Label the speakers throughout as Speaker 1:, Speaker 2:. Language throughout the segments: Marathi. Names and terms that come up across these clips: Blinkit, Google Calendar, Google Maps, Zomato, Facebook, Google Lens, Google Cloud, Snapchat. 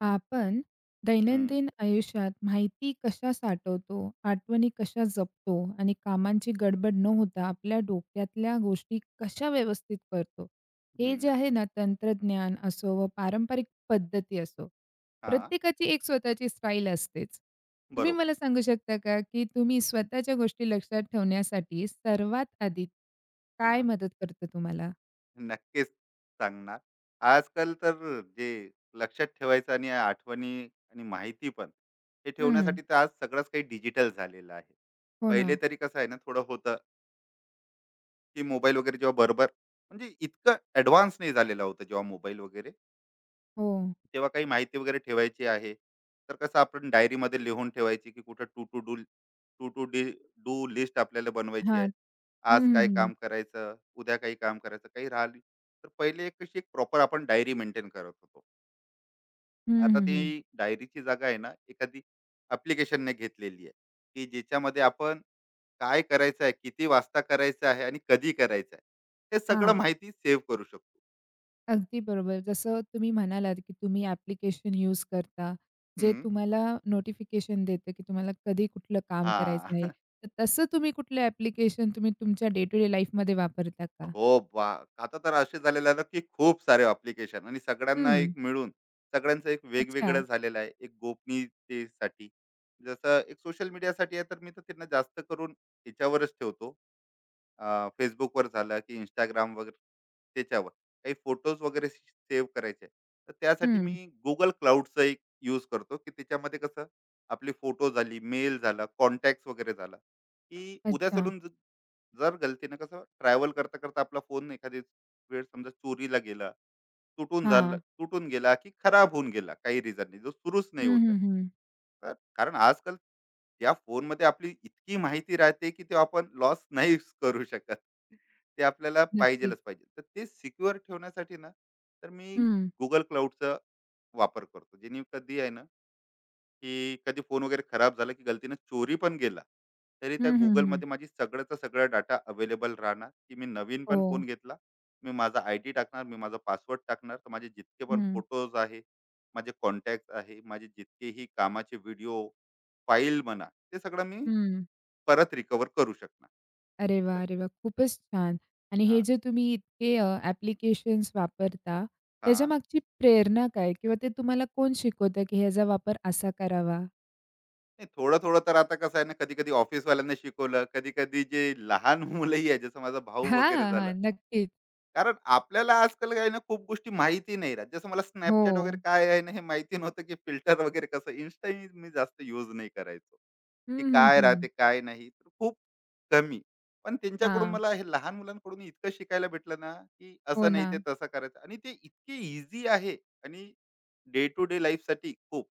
Speaker 1: आपण
Speaker 2: हं,
Speaker 1: दैनंदिन आयुष्यात माहिती कशा साठवतो, आठवणी कशा जपतो आणि कामांची गडबड न होता आपल्या डोक्यातल्या गोष्टी कशा व्यवस्थित करतो? हे जे
Speaker 2: हं.
Speaker 1: आहे ना, तंत्रज्ञान असो व पारंपरिक पद्धती असो,
Speaker 2: हां,
Speaker 1: प्रत्येकाची एक स्वतःची स्टाईल असतेच. तुम्ही
Speaker 2: बरोबर.
Speaker 1: मला सांगू शकता का, की तुम्ही स्वतःच्या गोष्टी लक्षात ठेवण्यासाठी सर्वात आधी काय
Speaker 2: हां,
Speaker 1: मदत करतं तुम्हाला?
Speaker 2: नक्कीच सांगणार. आजकाल तर जे लक्षात ठेवायचं आणि आठवणी आणि माहिती पण, हे
Speaker 1: हं.
Speaker 2: ठेवण्यासाठी तर आज सगळंच काही डिजिटल झालेलं आहे.
Speaker 1: हो
Speaker 2: पहिले
Speaker 1: ना.
Speaker 2: तरी कसं आहे ना, थोडं होतं की मोबाईल वगैरे जेव्हा बरोबर म्हणजे इतकं ॲडव्हान्स नाही झालेला होता जेव्हा मोबाईल वगैरे,
Speaker 1: हो.
Speaker 2: तेव्हा काही माहिती वगैरे ठेवायची आहे तर कसं आपण डायरीमध्ये लिहून ठेवायची, की कुठं to to do to to D do list आपल्याला बनवायची
Speaker 1: हां.
Speaker 2: आहे.
Speaker 1: हं,
Speaker 2: आज
Speaker 1: हं,
Speaker 2: काय
Speaker 1: हं.
Speaker 2: काम करायचं, उद्या काही काम करायचं, काही राहिली, तर पहिले एक कशी एक प्रॉपर आपण डायरी मेंटेन करत होतो.
Speaker 1: हं,
Speaker 2: आता
Speaker 1: हं,
Speaker 2: ती
Speaker 1: हं.
Speaker 2: डायरीची जागा आहे ना, एखादी अप्लिकेशनने घेतलेली आहे, की ज्याच्यामध्ये आपण काय करायचं आहे, किती वाजता करायचं आहे आणि कधी करायचं आहे, हे सगळं
Speaker 1: हां.
Speaker 2: माहिती सेव्ह करू शकतो.
Speaker 1: अगदी बरोबर. जसं तुम्ही म्हणालात, की तुम्ही ॲप्लिकेशन यूज करता, जे
Speaker 2: हम्म,
Speaker 1: तुम्हाला नोटिफिकेशन देतं, की तुम्हाला कधी कुठलं काम करायचं
Speaker 2: हा
Speaker 1: आहे. तर तसं तुम्ही कुठलं ॲप्लिकेशन तुम्ही तुमच्या डे टू डे लाईफमध्ये वापरता का?
Speaker 2: हो बा, आता तर असे झालेले आहे ना, की खूप सारे अप्लिकेशन आणि सगळ्यांना
Speaker 1: हं.
Speaker 2: एक मिळून सगळ्यांचं एक
Speaker 1: अच्छा.
Speaker 2: वेगवेगळं झालेलं आहे, एक गोपनीयतेसाठी. जसं एक सोशल मीडियासाठी आहे, तर मी तर त्यांना जास्त करून याच्यावरच ठेवतो. Facebook वर झालं की इंस्टाग्राम वगैरे, त्याच्यावर काही फोटोज वगैरे सेव्ह करायचे आहे. तर त्यासाठी
Speaker 1: हं.
Speaker 2: मी गुगल क्लाउडचा एक यूज करतो, की त्याच्यामध्ये कसं आपले फोटो झाली, मेल झाला, कॉन्टॅक्ट वगैरे झाला, की उद्या
Speaker 1: अच्छा.
Speaker 2: चलून जर गलतीनं कसं ट्रॅव्हल करता करता आपला फोन एखादी वेळ समजा चोरीला गेला, तुटून झाला
Speaker 1: हां.
Speaker 2: तुटून गेला की खराब होऊन गेला, काही रिझननी जो सुरूच नाही
Speaker 1: हं,
Speaker 2: होत आहे.
Speaker 1: हं, हं.
Speaker 2: तर कारण आजकाल या फोनमध्ये आपली इतकी माहिती राहते, की ते आपण लॉस नाही करू शकत. ते आपल्याला
Speaker 1: नक्कीच.
Speaker 2: पाहिजेलच पाहिजे, तर ते सिक्युअर ठेवण्यासाठी ना, तर मी
Speaker 1: हं.
Speaker 2: गुगल क्लाउडचा वापर करतो, जेणे कधी आहे ना, की कधी फोन वगैरे खराब झाला की गलतीनं चोरी पण गेला, तरी त्या
Speaker 1: हं, हं, हं.
Speaker 2: गुगलमध्ये माझी सगळ्याचा सगळा डाटा अवेलेबल राहणार, की मी नवीन
Speaker 1: हो.
Speaker 2: पण फोन घेतला, मी माझा आय डी टाकणार, मी माझा पासवर्ड टाकणार, तर माझे जितके पण
Speaker 1: हं.
Speaker 2: फोटोज आहे, माझे कॉन्टॅक्ट आहे, माझे जितकेही कामाचे व्हिडिओ फाईल म्हणा, ते सगळं मी
Speaker 1: हं.
Speaker 2: परत रिकवर करू शकणार.
Speaker 1: अरे
Speaker 2: तर
Speaker 1: वाह! अरे वाह! खूपच छान. आणि हे
Speaker 2: हां
Speaker 1: जे तुम्ही इतके ॲप्लिकेशन्स वापरता,
Speaker 2: हां
Speaker 1: त्याच्यामागची प्रेरणा काय? किंवा ते तुम्हाला कोण शिकवतं, की ह्याचा वापर असा करावा?
Speaker 2: नाही, थोडं थोडं तर आता कसं आहे ना, कधी कधी ऑफिसवाल्यांना शिकवलं, कधी कधी जे लहान मुलंही आहे, जसं माझा भाऊ वगैरे
Speaker 1: हां, हां.
Speaker 2: झालं.
Speaker 1: नक्कीच.
Speaker 2: कारण आपल्याला आजकाल काय आहे ना, खूप गोष्टी माहिती नाही राहत. जसं मला
Speaker 1: हो.
Speaker 2: Snapchat वगैरे काय आहे ना, हे माहिती नव्हतं, की फिल्टर वगैरे कसं. Insta ही मी जास्त यूज नाही करायचो. की
Speaker 1: हं, हं,
Speaker 2: काय
Speaker 1: हं.
Speaker 2: राहते काय नाही, तर खूप कमी. पण त्यांच्याकडून
Speaker 1: हां.
Speaker 2: मला हे लहान मुलांकडून इतकं शिकायला भेटलं ना, की
Speaker 1: हो
Speaker 2: असं नाही
Speaker 1: ना.
Speaker 2: ते तसं करायचं आणि ते इतके इझी आहे. आणि डे टू डे लाईफसाठी खूप,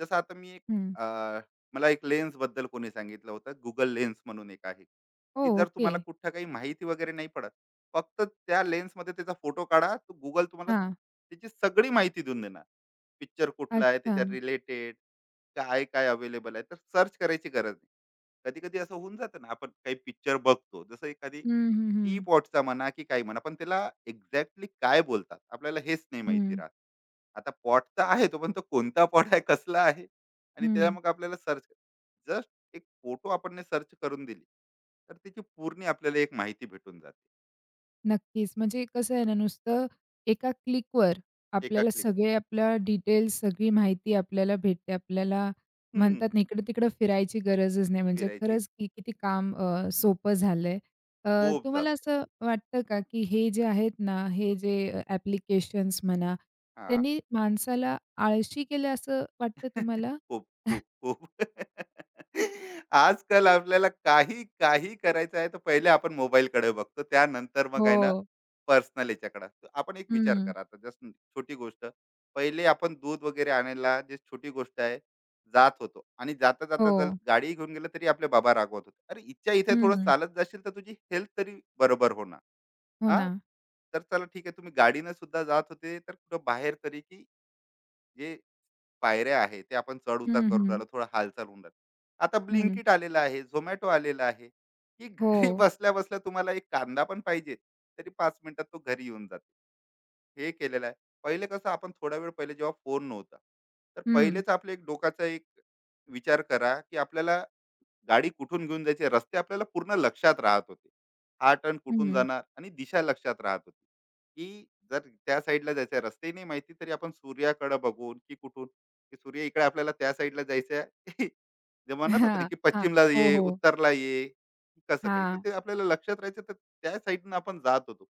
Speaker 2: जसं आता मी एक,
Speaker 1: हं.
Speaker 2: अं, मला एक लेन्स बद्दल कोणी सांगितलं होतं, गुगल लेन्स म्हणून एक आहे,
Speaker 1: हो,
Speaker 2: की जर
Speaker 1: ओके.
Speaker 2: तुम्हाला कुठं काही माहिती वगैरे नाही पडत, फक्त त्या लेन्स मध्ये त्याचा फोटो काढा, तो गुगल तुम्हाला
Speaker 1: हां.
Speaker 2: त्याची सगळी माहिती देऊन देणार. पिक्चर कुठला आहे,
Speaker 1: अच्छा.
Speaker 2: त्याच्या रिलेटेड काय काय अवेलेबल आहे, तर सर्च करायची गरज नाही. कधी कधी असं होऊन जातं ना, आपण काही पिक्चर बघतो, जसं एखादी
Speaker 1: हं, हं,
Speaker 2: टी
Speaker 1: हं.
Speaker 2: पॉटचा म्हणा की काही म्हणा, पण त्याला एक्झॅक्टली काय बोलतात, आपल्याला हेच नाही माहिती
Speaker 1: हं,
Speaker 2: राहत. आता पॉट तर आहे, तो पण तो कोणता पॉट आहे, कसला आहे, आणि त्याला
Speaker 1: हं.
Speaker 2: मग आपल्याला सर्च, जस्ट एक फोटो आपण सर्च करून दिली, तर त्याची पूर्ण आपल्याला एक माहिती भेटून जाते.
Speaker 1: नक्कीच. म्हणजे कसं आहे ना, नुसतं एका क्लिकवर
Speaker 2: एका
Speaker 1: आपल्याला
Speaker 2: क्लिक
Speaker 1: सगळे आपल्या डिटेल्स, सगळी माहिती आपल्याला भेटते. आपल्याला
Speaker 2: हम्म
Speaker 1: म्हणतात ना, इकडं-तिकडं फिरायची गरजच नाही. म्हणजे
Speaker 2: फिरायची
Speaker 1: खरंच की किती काम सोपं झालंय. अ,
Speaker 2: खूप
Speaker 1: तुम्हाला
Speaker 2: जास्त.
Speaker 1: असं वाटतं का, की हे जे आहेत ना, हे जे ॲप्लिकेशन्स म्हणा,
Speaker 2: हा
Speaker 1: त्यांनी माणसाला आळशी केलं असं वाटतं तुम्हाला?
Speaker 2: खूप, खूप, खूप. आजकाल आपल्याला काही, काही करायचं आहे, तर पहिले आपण मोबाईलकडे बघतो. त्यानंतर मग आहे ना,
Speaker 1: हो.
Speaker 2: पर्सनल याच्याकडे. आपण एक विचार
Speaker 1: हं.
Speaker 2: करा आता, जस्ट छोटी गोष्ट. पहिले आपण दूध वगैरे आणायला, जे छोटी गोष्ट आहे, जात होतो आणि
Speaker 1: हो.
Speaker 2: जाता-जाता जर गाडी घेऊन गेलं, तरी आपले बाबा रागवत होते. "अरे, इथच्या इथे थोडं
Speaker 1: हं.
Speaker 2: चालत जाशील, तर तुझी हेल्थ तरी बरोबर होणार.
Speaker 1: हो ना.
Speaker 2: हां, तर चला ठीक आहे, तुम्ही गाडीनं सुद्धा जात होते, तर कुठं बाहेर तरी, की जे पायऱ्या आहे ते आपण चढ उतार
Speaker 1: हं,
Speaker 2: करून
Speaker 1: हं.
Speaker 2: राहिलो, थोडं हालचाल होऊन राहिलं. आता
Speaker 1: हं.
Speaker 2: ब्लिंकिट आलेलं आहे, झोमॅटो आलेलं आहे, की
Speaker 1: हो.
Speaker 2: घरी बसल्या बसल्या तुम्हाला एक कांदा पण पाहिजे, तरी पाच मिनिटात तो घरी येऊन जाते. हे केलेलं आहे. पहिले कसं आपण थोडा वेळ, पहिले जेव्हा फोन नव्हता, तर
Speaker 1: हं.
Speaker 2: पहिलेच आपलं एक डोकाचा एक विचार करा, की आपल्याला गाडी कुठून घेऊन जायची, रस्ते आपल्याला पूर्ण लक्षात राहत होते. हा टर्न कुठून
Speaker 1: हं.
Speaker 2: जाणार आणि दिशा लक्षात राहत होती, की जर त्या साईडला जायचं आहे, रस्ते नाही माहिती, तरी आपण सूर्याकडे बघून की कुठून, की सूर्य इकडे, आपल्याला त्या साईडला जायचं आहे. जे म्हणत होते ना,
Speaker 1: हां,
Speaker 2: की
Speaker 1: हां.
Speaker 2: पश्चिमला
Speaker 1: हो,
Speaker 2: ये,
Speaker 1: हो.
Speaker 2: उत्तरला ये, कसं काही, तर
Speaker 1: हां.
Speaker 2: ते आपल्याला लक्षात राहायचं, तर त्या साईडनं आपण जात होतो.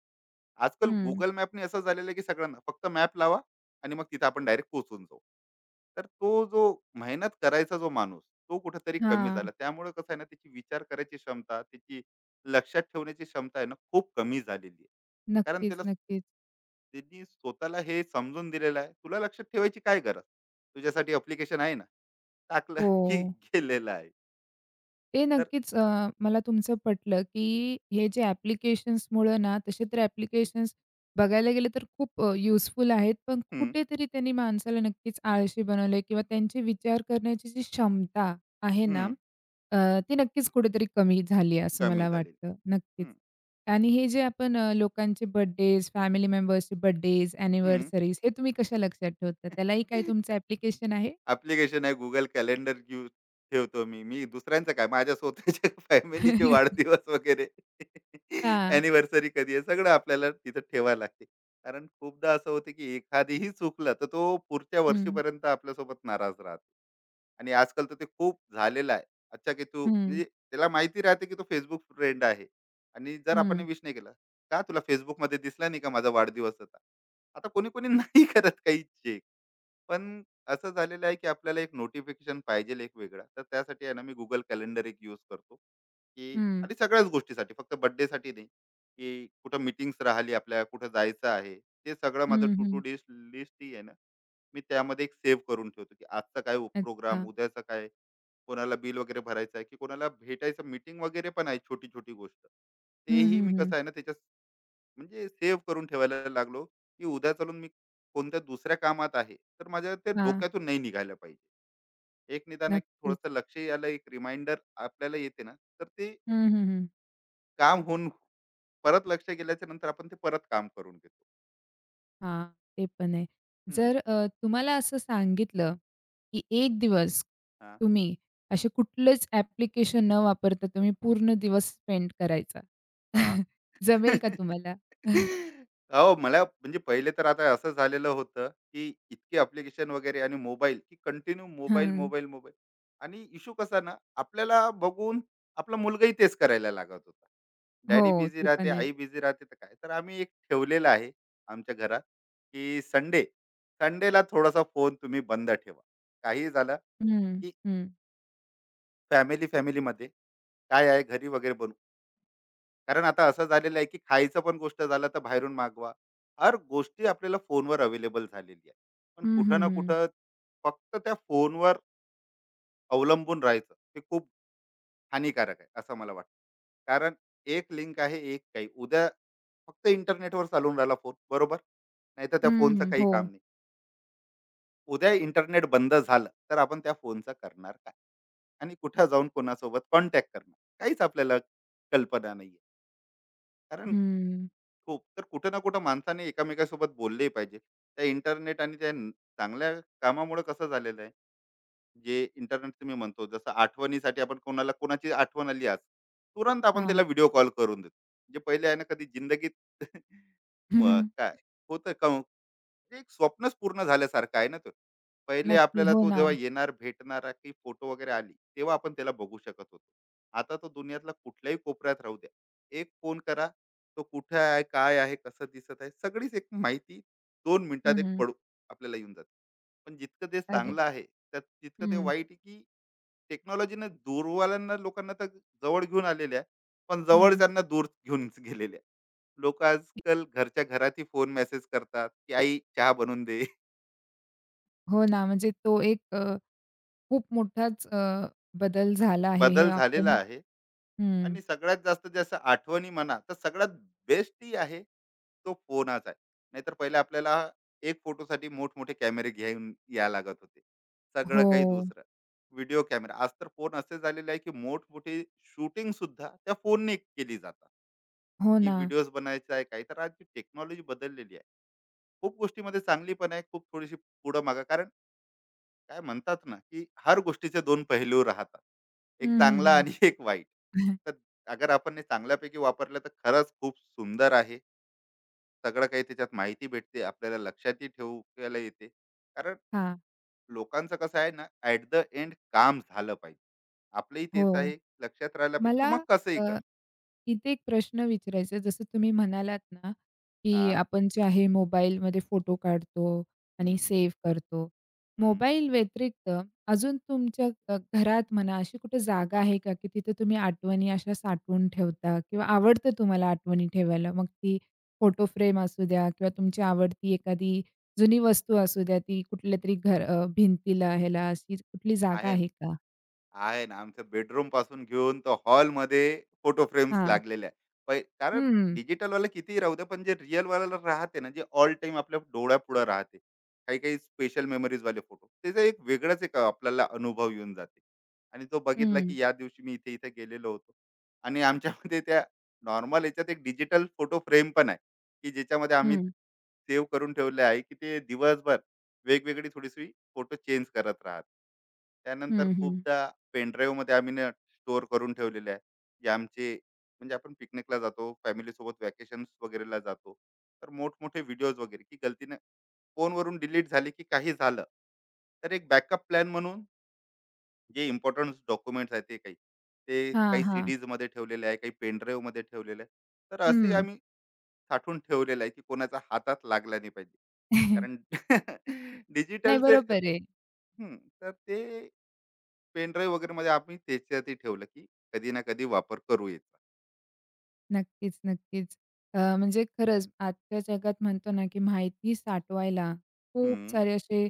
Speaker 2: आजकाल
Speaker 1: हं.
Speaker 2: गुगल मॅपने असं झालेलं आहे, की सगळ्यांना फक्त मॅप लावा, आणि मग तिथे आपण डायरेक्ट पोहोचून जाऊ. तर तो जो मेहनत करायचा जो माणूस, तो कुठेतरी कमी
Speaker 1: हां.
Speaker 2: झाला. त्यामुळे कसं आहे ना, त्याची विचार करायची क्षमता, त्याची लक्षात ठेवण्याची क्षमता आहे ना, खूप कमी झालेली आहे. कारण
Speaker 1: नक्कीच,
Speaker 2: त्याला,
Speaker 1: नक्कीच.
Speaker 2: त्यांनी स्वतःला हे समजून दिलेलं आहे, तुला लक्षात ठेवायची काय गरज? तुझ्यासाठी ॲप्लिकेशन आहे ना, टाकलं की
Speaker 1: हो.
Speaker 2: गेलेलं आहे.
Speaker 1: ते
Speaker 2: तर
Speaker 1: नक्कीच अ, मला तुमचं पटलं, की हे जे ॲप्लिकेशन्समुळे ना, तसे तर ॲप्लिकेशन्स बघायला गेलं तर खूप युजफुल आहेत. पण
Speaker 2: हं,
Speaker 1: कुठेतरी त्यांनी माणसाला नक्कीच आळशी बनवलंय किंवा त्यांचे विचार करण्याची जी क्षमता आहे ना,
Speaker 2: हं,
Speaker 1: अ, ती नक्कीच कुठेतरी कमी झाली आहे असं
Speaker 2: कमी
Speaker 1: मला
Speaker 2: झालेली.
Speaker 1: वाटतं. नक्कीच.
Speaker 2: हं,
Speaker 1: आणि हे जे आपण लोकांचे बर्थडेज, फॅमिली मेंबर्सचे बर्थडेज,
Speaker 2: हं.
Speaker 1: अॅनिव्हर्सरीज हे तुम्ही कशा लक्षात ठेवता? त्यालाही काही तुमचं ॲप्लिकेशन आहे?
Speaker 2: ॲप्लिकेशन आहे, Google कॅलेंडर यूज ठेवतो मी. मी दुसऱ्यांचं काय, माझ्या स्वतःच्या फॅमिलीचे वाढदिवस वगैरे
Speaker 1: हां.
Speaker 2: अॅनिव्हर्सरी कधी आहे, सगळं आपल्याला तिथं ठेवायला लागते. कारण खूपदा असं होतं, की एखादीही चुकलं तर तो पुढच्या
Speaker 1: हं.
Speaker 2: वर्षीपर्यंत आपल्यासोबत नाराज राहतो. आणि आजकाल तर ते खूप झालेलं आहे. अच्छा, की तू
Speaker 1: हं.
Speaker 2: म्हणजे त्याला माहिती राहते की तो Facebook फ्रेंड आहे, आणि जर आपण
Speaker 1: हं.
Speaker 2: विश नाही केला, "का तुला Facebookमध्ये दिसला नाही का, माझा वाढदिवस होता?" आता कोणी-कोणी नाही करत काही, पण असं झालेलं आहे की आपल्याला एक नोटिफिकेशन पाहिजे एक वेगळा, तर त्यासाठी आहे ना, मी गुगल कॅलेंडर एक यूज करतो, की
Speaker 1: हं.
Speaker 2: आणि सगळ्याच गोष्टीसाठी, फक्त birthday साठी नाही, की कुठं मीटिंग्स राहिली, आपल्या कुठं जायचं आहे, ते सगळं माझं
Speaker 1: हं,
Speaker 2: टू टू
Speaker 1: हं.
Speaker 2: डिश लिस्ट ही आहे ना, मी त्यामध्ये एक सेव्ह करून ठेवतो, की आजचा काय प्रोग्राम,
Speaker 1: अच्छा.
Speaker 2: उद्याचा काय, कोणाला बिल वगैरे भरायचं आहे, की कोणाला भेटायचं, मीटिंग वगैरे पण आहे, छोटी छोटी गोष्ट,
Speaker 1: हं,
Speaker 2: तेही
Speaker 1: हं,
Speaker 2: मी
Speaker 1: हं.
Speaker 2: कसं आहे ना त्याच्या, म्हणजे सेव्ह करून ठेवायला लागलो, की उद्या चालून मी कोणत्या दुसऱ्या कामात आहे, तर माझ्या ते
Speaker 1: हां,
Speaker 2: डोक्यातून नाही निघायला पाहिजे. एक निदान एक
Speaker 1: नक्कीच.
Speaker 2: थोडंसं लक्ष यायला एक रिमाइंडर आपल्याला येते ना, तर ते
Speaker 1: हं, हं, हं.
Speaker 2: काम होऊन, परत लक्ष गेल्याच्या नंतर आपण ते परत काम करून घेतो.
Speaker 1: हां, ते पण आहे.
Speaker 2: हं.
Speaker 1: जर तुम्हाला असं सांगितलं, की एक दिवस
Speaker 2: हां.
Speaker 1: तुम्ही असे कुठलेच ॲप्लिकेशन न वापरता तुम्ही पूर्ण दिवस स्पेंड करायचा.
Speaker 2: हां.
Speaker 1: जमेल का तुम्हाला?
Speaker 2: अहो मला म्हणजे पहिले तर आता असं झालेलं होतं, की इतके ॲप्लिकेशन वगैरे आणि मोबाईल, की कंटिन्यू मोबाईल,
Speaker 1: हं.
Speaker 2: मोबाईल, मोबाईल, आणि इश्यू कसा ना, आपल्याला बघून आपला मुलगाही तेच करायला लागत होता. डॅडी
Speaker 1: हो,
Speaker 2: बिझी
Speaker 1: ते
Speaker 2: राहते,
Speaker 1: पण आहे.
Speaker 2: आई बिझी राहते, तर काय. तर आम्ही एक ठेवलेलं आहे आमच्या घरात, की संडे, संडेला थोडासा फोन तुम्ही बंद ठेवा. काहीही झालं,
Speaker 1: हं,
Speaker 2: की
Speaker 1: हं.
Speaker 2: फॅमिलीमध्ये काय आहे, घरी वगैरे बनवू. कारण आता असं झालेलं आहे, की खायचं पण गोष्ट झालं तर बाहेरून मागवा, हर गोष्टी आपल्याला फोनवर अवेलेबल झालेली आहे. पण
Speaker 1: हं,
Speaker 2: कुठं
Speaker 1: हं,
Speaker 2: ना
Speaker 1: हं.
Speaker 2: कुठं फक्त त्या फोनवर अवलंबून राहायचं, हे खूप हानिकारक आहे असं मला वाटतं. कारण एक लिंक आहे, एक काही, उद्या फक्त इंटरनेटवर चालून राहिला फोन बरोबर, नाही तर त्या
Speaker 1: हं,
Speaker 2: फोनचं
Speaker 1: हं.
Speaker 2: काही
Speaker 1: हो.
Speaker 2: काम नाही. उद्या इंटरनेट बंद झालं तर आपण त्या फोनचं करणार काय, आणि कुठं जाऊन कोणासोबत कॉन्टॅक्ट करणार, काहीच आपल्याला कल्पना नाही. कारण
Speaker 1: हं.
Speaker 2: खूप तर कुठे ना कुठं माणसाने एकामेकासोबत बोलले पाहिजे. त्या इंटरनेट आणि त्या चांगल्या कामामुळे कसं झालेलं आहे, जे इंटरनेट तुम्ही म्हणतो, जसं आठवणीसाठी आपण कोणाला, कोणाची आठवण आली आज, तुरंत आपण
Speaker 1: हां.
Speaker 2: त्याला व्हिडिओ कॉल करून देतो. जे पहिले आहे ना कधी जिंदगीत
Speaker 1: हं, हं.
Speaker 2: काय होतं का, म्हणजे एक स्वप्नच पूर्ण झाल्यासारखं आहे ना तो. पहिले
Speaker 1: नक्की.
Speaker 2: आपल्याला
Speaker 1: हो
Speaker 2: तो
Speaker 1: ना.
Speaker 2: जेव्हा येणार, भेटणार, की फोटो वगैरे आली, तेव्हा आपण त्याला बघू शकत होतो. आता तो दुनियातला कुठल्याही कोपऱ्यात राहू द्या. एक फोन करा, तो कुठे आहे, काय आहे, कसं दिसत आहे, सगळीच एक माहिती 2 मिनिटात एक
Speaker 1: हं.
Speaker 2: पडू आपल्याला येऊन जाते. पण जितकं ते
Speaker 1: अरे.
Speaker 2: चांगलं आहे, त्यात तितकं ते
Speaker 1: हं,
Speaker 2: वाईट आहे, की टेक्नॉलॉजीने दूरवाल्यांना लोकांना तर जवळ घेऊन आलेले आहे, पण
Speaker 1: हं.
Speaker 2: जवळच्यांना दूर घेऊन गेलेले आहे. लोक आजकाल घरच्या घरातही फोन मेसेज करतात, की आई चहा बनवून दे.
Speaker 1: हो ना, म्हणजे तो एक खूप मोठाच बदल झाला आहे हे
Speaker 2: बदल झालेला
Speaker 1: आपण
Speaker 2: आहे.
Speaker 1: हं.
Speaker 2: आणि सगळ्यात जास्त जसं आठवणी म्हणा, तर सगळ्यात बेस्ट ही आहे तो फोनच आहे. नाहीतर पहिले आपल्याला एक फोटोसाठी मोठमोठे कॅमेरे घेऊन या लागत होते, सगळं
Speaker 1: हो.
Speaker 2: काही दुसरं, व्हिडिओ कॅमेरा. आज तर फोन असे झालेले आहे, की मोठमोठी शूटिंग सुद्धा त्या फोनने केली जातात,
Speaker 1: हो
Speaker 2: की
Speaker 1: ना.
Speaker 2: व्हिडिओज बनायचा आहे काय. तर आजची टेक्नॉलॉजी बदललेली आहे, खूप गोष्टीमध्ये चांगली पण आहे, खूप थोडीशी पुढं मागा. कारण काय म्हणतात ना, की हर गोष्टीचे दोन पैलू राहतात, एक
Speaker 1: हं, हं,
Speaker 2: चांगला
Speaker 1: हं.
Speaker 2: आणि एक वाईट. तर अगर आपण हे चांगल्यापैकी वापरलं तर खरंच खूप सुंदर आहे. सगळं काही त्याच्यात माहिती भेटते, आपल्याला लक्षातही ठेवायला येते. कारण
Speaker 1: हां.
Speaker 2: लोकांचं कसं आहे ना, ॲट द एंड काम झालं पाहिजे. आपलंही तेच
Speaker 1: हो.
Speaker 2: आहे, लक्षात राहायला पाहिजे, तू
Speaker 1: मला
Speaker 2: मग कसंही
Speaker 1: अ
Speaker 2: कर.
Speaker 1: इथे एक प्रश्न विचारायचा आहे. जसं तुम्ही म्हणालात ना,
Speaker 2: हा
Speaker 1: की आपण जे आहे मोबाईलमध्ये फोटो काढतो आणि
Speaker 2: हम्म,
Speaker 1: सेव्ह करतो.
Speaker 2: हम्म,
Speaker 1: मोबाईल व्यतिरिक्त अजून तुमच्या घरात म्हणा अशी कुठे जागा आहे का, की तिथे तुम्ही आठवणी अशा साठवून ठेवता किंवा आवडतं तुम्हाला आठवणी ठेवायला? मग ती फोटो फ्रेम असू द्या किंवा तुमची आवडती एखादी जुनी वस्तू असू द्या, ती कुठल्यातरी घर भिंतीला ह्याला अशी कुठली जागा
Speaker 2: आहे ना
Speaker 1: आहे का?
Speaker 2: आहे ना, आमच्या बेडरूम पासून घेऊन तो हॉलमध्ये फोटो फ्रेम्स
Speaker 1: हां.
Speaker 2: लागलेले आहे. पै कारण
Speaker 1: हं,
Speaker 2: डिजिटलवालं कितीही राहू द्या, पण जे रिअल वाला राहते ना, जे ऑल टाइम आपल्या डोळ्यापुढे राहते. काही-काही स्पेशल मेमरीजवाले फोटो. त्याचा एक वेगळाच एक आपल्याला अनुभव येऊन जाते. आणि तो बघितला,
Speaker 1: हं,
Speaker 2: की या दिवशी मी इथे-इथे गेलेलो होतो. आणि आमच्यामध्ये त्या नॉर्मल याच्यात एक डिजिटल फोटो फ्रेम पण आहे, की ज्याच्यामध्ये आम्ही
Speaker 1: हं,
Speaker 2: सेव्ह करून ठेवले आहे, की ते दिवसभर वेगवेगळी थोडीशी फोटो चेंज करत राहत. त्यानंतर
Speaker 1: हं, हं.
Speaker 2: खूपदा पेनड्राईव्ह मध्ये आम्ही ना स्टोअर करून ठेवलेले आहे, जे आमचे, म्हणजे आपण पिकनिकला जातो, फॅमिली सोबत वॅकेशन वगैरेला जातो, तर मोठमोठे व्हिडिओज वगैरे की गलतीने फोनवरून डिलीट झाले की काही झालं, तर एक बॅकअप प्लॅन म्हणून, जे इम्पॉर्टंट डॉक्युमेंट्स आहेत, ते काही ते
Speaker 1: हां,
Speaker 2: काही
Speaker 1: हां.
Speaker 2: सीडीज मध्ये ठेवलेले आहे, काही पेनड्राईव्ह मध्ये ठेवलेले आहे. तर असे
Speaker 1: हं.
Speaker 2: आम्ही साठवून ठेवलेलं आहे, की कोणाच्या हातात लागला नाही पाहिजे. कारण
Speaker 1: नाही
Speaker 2: डिजिटलचे,
Speaker 1: बरोबर आहे.
Speaker 2: हम्म, तर ते पेनड्राईव्ह वगैरे मध्ये आम्ही त्याच्यातही ठेवलं, की कधी ना कधी वापर करू याचा.
Speaker 1: नक्कीच, नक्कीच. म्हणजे खरंच आजच्या जगात म्हणतो ना, की माहिती साठवायला खूप
Speaker 2: हम्म,
Speaker 1: सारे असे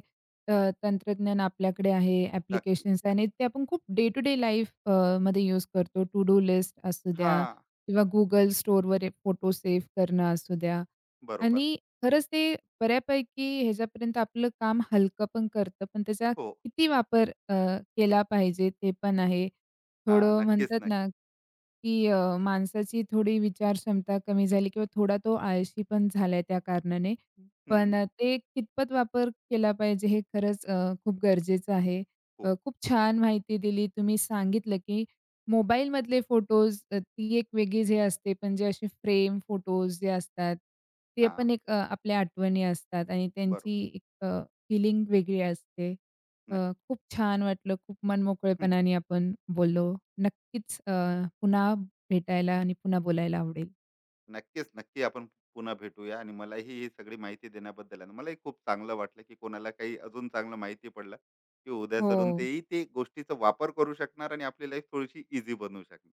Speaker 1: अ, तंत्रज्ञान आपल्याकडे आहे,
Speaker 2: नक्की
Speaker 1: ॲप्लिकेशन्स आणि ते आपण खूप डे टू डे लाईफ मध्ये यूज करतो. टू डू लिस्ट असू द्या
Speaker 2: हा
Speaker 1: किंवा Google स्टोअरवर फोटो सेव्ह करणं असू द्या
Speaker 2: बरोबर
Speaker 1: आणि खरंच ते बऱ्यापैकी ह्याच्यापर्यंत आपलं काम हलकं पण करतं. पण त्याचा
Speaker 2: हो
Speaker 1: किती वापर केला पाहिजे ते पण आहे.
Speaker 2: हा
Speaker 1: थोडं
Speaker 2: नक्कीच
Speaker 1: म्हणतात ना,
Speaker 2: नक्की
Speaker 1: की माणसाची थोडी विचारक्षमता कमी झाली किंवा थोडा तो आळशी पण झालाय त्या कारणाने.
Speaker 2: हम्म,
Speaker 1: पण ते कितपत वापर केला पाहिजे हे खरंच खूप गरजेचं आहे.
Speaker 2: हो
Speaker 1: खूप छान माहिती दिली. तुम्ही सांगितलं, की मोबाईलमधले फोटोज ती एक वेगळीच हे असते, पण जे असे फ्रेम फोटोज जे असतात, ते
Speaker 2: हा
Speaker 1: पण एक आपल्या आठवणी असतात आणि त्यांची
Speaker 2: बरोबर
Speaker 1: एक वेगळी असते. अ,
Speaker 2: नक्की
Speaker 1: खूप छान वाटलं. खूप मनमोकळेपणाने आपण बोललो. नक्कीच. पुन्हा भेटायला आणि पुन्हा बोलायला आवडेल.
Speaker 2: नक्कीच, नक्की. आपण पुन्हा भेटूया, आणि मलाही ही सगळी माहिती देण्याबद्दल, आणि मलाही खूप चांगलं वाटलं, की कोणाला काही अजून चांगलं माहिती पडलं, की उद्या सलून
Speaker 1: हो,
Speaker 2: तेही ते गोष्टीचा वापर करू शकणार, आणि आपली लाईफ थोडीशी ईझी बनवू शकणार.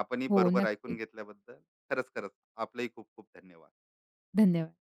Speaker 2: आपणही
Speaker 1: हो.
Speaker 2: बरोबर ऐकून
Speaker 1: नक्कीच.
Speaker 2: घेतल्याबद्दल, खरंच, खरंच आपलंही खूप खूप धन्यवाद.
Speaker 1: धन्यवाद.